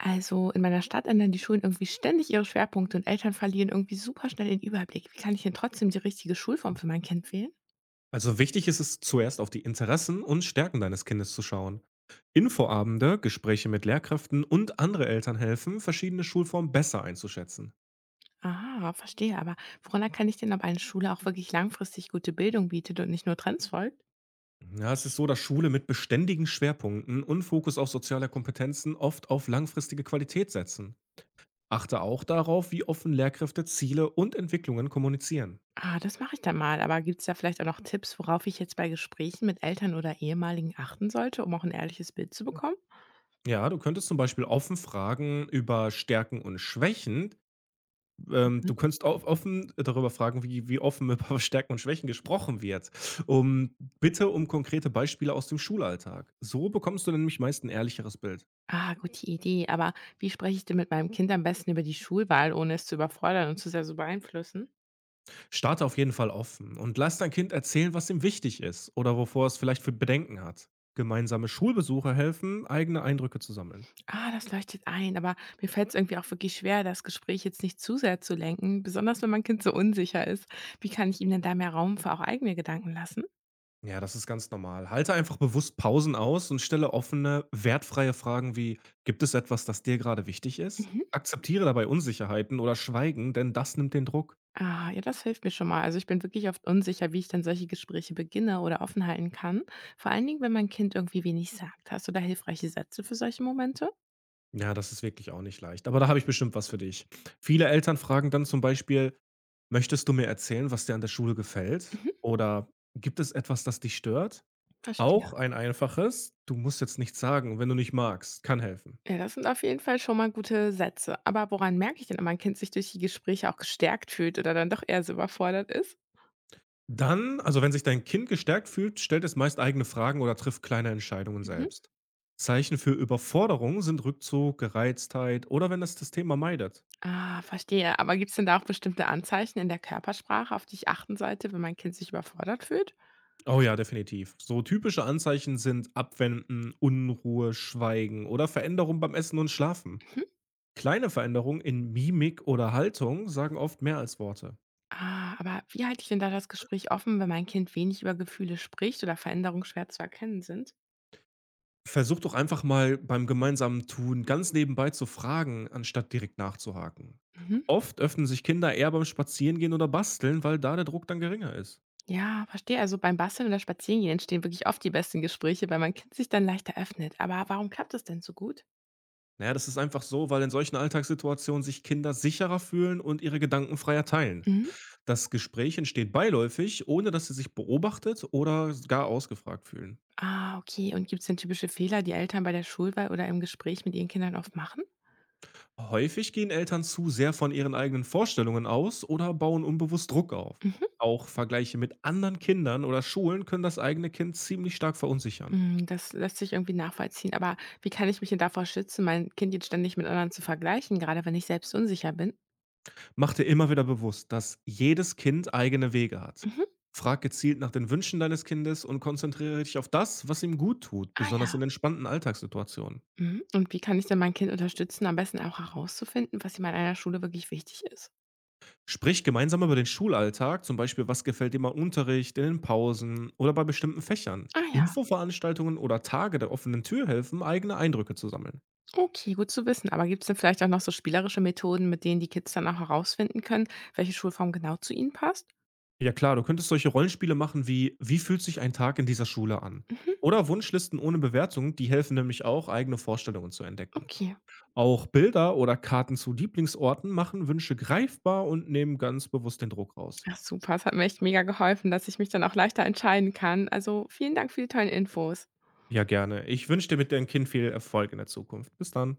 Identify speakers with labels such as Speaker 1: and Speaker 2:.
Speaker 1: Also in meiner Stadt ändern die Schulen irgendwie ständig ihre Schwerpunkte und Eltern verlieren irgendwie super schnell den Überblick. Wie kann ich denn trotzdem die richtige Schulform für mein Kind wählen?
Speaker 2: Also wichtig ist es, zuerst auf die Interessen und Stärken deines Kindes zu schauen. Infoabende, Gespräche mit Lehrkräften und andere Eltern helfen, verschiedene Schulformen besser einzuschätzen.
Speaker 1: Aha, verstehe. Aber woran erkenne ich denn, ob eine Schule auch wirklich langfristig gute Bildung bietet und nicht nur Trends folgt?
Speaker 2: Ja, es ist so, dass Schule mit beständigen Schwerpunkten und Fokus auf soziale Kompetenzen oft auf langfristige Qualität setzen. Achte auch darauf, wie offen Lehrkräfte Ziele und Entwicklungen kommunizieren.
Speaker 1: Ah, das mache ich dann mal. Aber gibt es da vielleicht auch noch Tipps, worauf ich jetzt bei Gesprächen mit Eltern oder Ehemaligen achten sollte, um auch ein ehrliches Bild zu bekommen?
Speaker 2: Ja, du könntest zum Beispiel offen fragen über Stärken und Schwächen. Du
Speaker 1: Mhm.
Speaker 2: könntest auch offen darüber fragen, wie offen über Stärken und Schwächen gesprochen wird. Um bitte um konkrete Beispiele aus dem Schulalltag. So bekommst du nämlich meist ein ehrlicheres Bild.
Speaker 1: Ah, gute Idee. Aber wie spreche ich denn mit meinem Kind am besten über die Schulwahl, ohne es zu überfordern und zu sehr zu beeinflussen?
Speaker 2: Starte auf jeden Fall offen und lass dein Kind erzählen, was ihm wichtig ist oder wovor es vielleicht für Bedenken hat. Gemeinsame Schulbesuche helfen, eigene Eindrücke zu sammeln.
Speaker 1: Ah, das leuchtet ein, aber mir fällt es irgendwie auch wirklich schwer, das Gespräch jetzt nicht zu sehr zu lenken, besonders wenn mein Kind so unsicher ist. Wie kann ich ihm denn da mehr Raum für auch eigene Gedanken lassen?
Speaker 2: Ja, das ist ganz normal. Halte einfach bewusst Pausen aus und stelle offene, wertfreie Fragen wie: „Gibt es etwas, das dir gerade wichtig ist?“
Speaker 1: Mhm.
Speaker 2: Akzeptiere dabei Unsicherheiten oder Schweigen, denn das nimmt den Druck.
Speaker 1: Ah, ja, das hilft mir schon mal. Also ich bin wirklich oft unsicher, wie ich dann solche Gespräche beginne oder offen halten kann. Vor allen Dingen, wenn mein Kind irgendwie wenig sagt. Hast du da hilfreiche Sätze für solche Momente?
Speaker 2: Ja, das ist wirklich auch nicht leicht. Aber da habe ich bestimmt was für dich. Viele Eltern fragen dann zum Beispiel: „Möchtest du mir erzählen, was dir an der Schule gefällt?“
Speaker 1: Mhm.
Speaker 2: Oder „Gibt es etwas, das dich stört?“
Speaker 1: Verstehe.
Speaker 2: Auch ein einfaches: „Du musst jetzt nichts sagen, wenn du nicht magst“, kann helfen.
Speaker 1: Ja, das sind auf jeden Fall schon mal gute Sätze. Aber woran merke ich denn, ob mein Kind sich durch die Gespräche auch gestärkt fühlt oder dann doch eher so überfordert ist?
Speaker 2: Dann also, wenn sich dein Kind gestärkt fühlt, stellt es meist eigene Fragen oder trifft kleine Entscheidungen
Speaker 1: Mhm.
Speaker 2: selbst. Zeichen für Überforderung sind Rückzug, Gereiztheit oder wenn es das Thema meidet.
Speaker 1: Ah, verstehe. Aber gibt es denn da auch bestimmte Anzeichen in der Körpersprache, auf die ich achten sollte, wenn mein Kind sich überfordert fühlt?
Speaker 2: Oh ja, definitiv. So typische Anzeichen sind Abwenden, Unruhe, Schweigen oder Veränderung beim Essen und Schlafen.
Speaker 1: Mhm.
Speaker 2: Kleine Veränderungen in Mimik oder Haltung sagen oft mehr als Worte.
Speaker 1: Ah, aber wie halte ich denn da das Gespräch offen, wenn mein Kind wenig über Gefühle spricht oder Veränderungen schwer zu erkennen sind?
Speaker 2: Versuch doch einfach mal beim gemeinsamen Tun ganz nebenbei zu fragen, anstatt direkt nachzuhaken.
Speaker 1: Mhm.
Speaker 2: Oft öffnen sich Kinder eher beim Spazierengehen oder Basteln, weil da der Druck dann geringer ist.
Speaker 1: Ja, verstehe. Also beim Basteln oder Spazierengehen entstehen wirklich oft die besten Gespräche, weil mein Kind sich dann leichter öffnet. Aber warum klappt das denn so gut?
Speaker 2: Naja, das ist einfach so, weil in solchen Alltagssituationen sich Kinder sicherer fühlen und ihre Gedanken freier teilen.
Speaker 1: Mhm.
Speaker 2: Das Gespräch entsteht beiläufig, ohne dass sie sich beobachtet oder gar ausgefragt fühlen.
Speaker 1: Ah, okay. Und gibt es denn typische Fehler, die Eltern bei der Schulwahl oder im Gespräch mit ihren Kindern oft machen?
Speaker 2: Häufig gehen Eltern zu sehr von ihren eigenen Vorstellungen aus oder bauen unbewusst Druck auf.
Speaker 1: Mhm.
Speaker 2: Auch Vergleiche mit anderen Kindern oder Schulen können das eigene Kind ziemlich stark verunsichern.
Speaker 1: Hm, das lässt sich irgendwie nachvollziehen. Aber wie kann ich mich denn davor schützen, mein Kind jetzt ständig mit anderen zu vergleichen, gerade wenn ich selbst unsicher bin?
Speaker 2: Mach dir immer wieder bewusst, dass jedes Kind eigene Wege hat.
Speaker 1: Mhm.
Speaker 2: Frag gezielt nach den Wünschen deines Kindes und konzentriere dich auf das, was ihm gut tut,
Speaker 1: Ah
Speaker 2: besonders
Speaker 1: ja.
Speaker 2: in entspannten Alltagssituationen.
Speaker 1: Mhm. Und wie kann ich denn mein Kind unterstützen, am besten auch herauszufinden, was ihm an einer Schule wirklich wichtig ist?
Speaker 2: Sprich gemeinsam über den Schulalltag, zum Beispiel, was gefällt dir mal im Unterricht, in den Pausen oder bei bestimmten Fächern.
Speaker 1: Ah ja,
Speaker 2: Infoveranstaltungen oder Tage der offenen Tür helfen, eigene Eindrücke zu sammeln.
Speaker 1: okay, gut zu wissen. Aber gibt es denn vielleicht auch noch so spielerische Methoden, mit denen die Kids dann auch herausfinden können, welche Schulform genau zu ihnen passt?
Speaker 2: Ja klar, du könntest solche Rollenspiele machen wie: Wie fühlt sich ein Tag in dieser Schule an?
Speaker 1: Mhm.
Speaker 2: Oder Wunschlisten ohne Bewertung, die helfen nämlich auch, eigene Vorstellungen zu entdecken.
Speaker 1: Okay.
Speaker 2: Auch Bilder oder Karten zu Lieblingsorten machen Wünsche greifbar und nehmen ganz bewusst den Druck raus.
Speaker 1: Ach super, es hat mir echt mega geholfen, dass ich mich dann auch leichter entscheiden kann. Also vielen Dank für die tollen Infos.
Speaker 2: Ja gerne. Ich wünsche dir mit deinem Kind viel Erfolg in der Zukunft. Bis dann.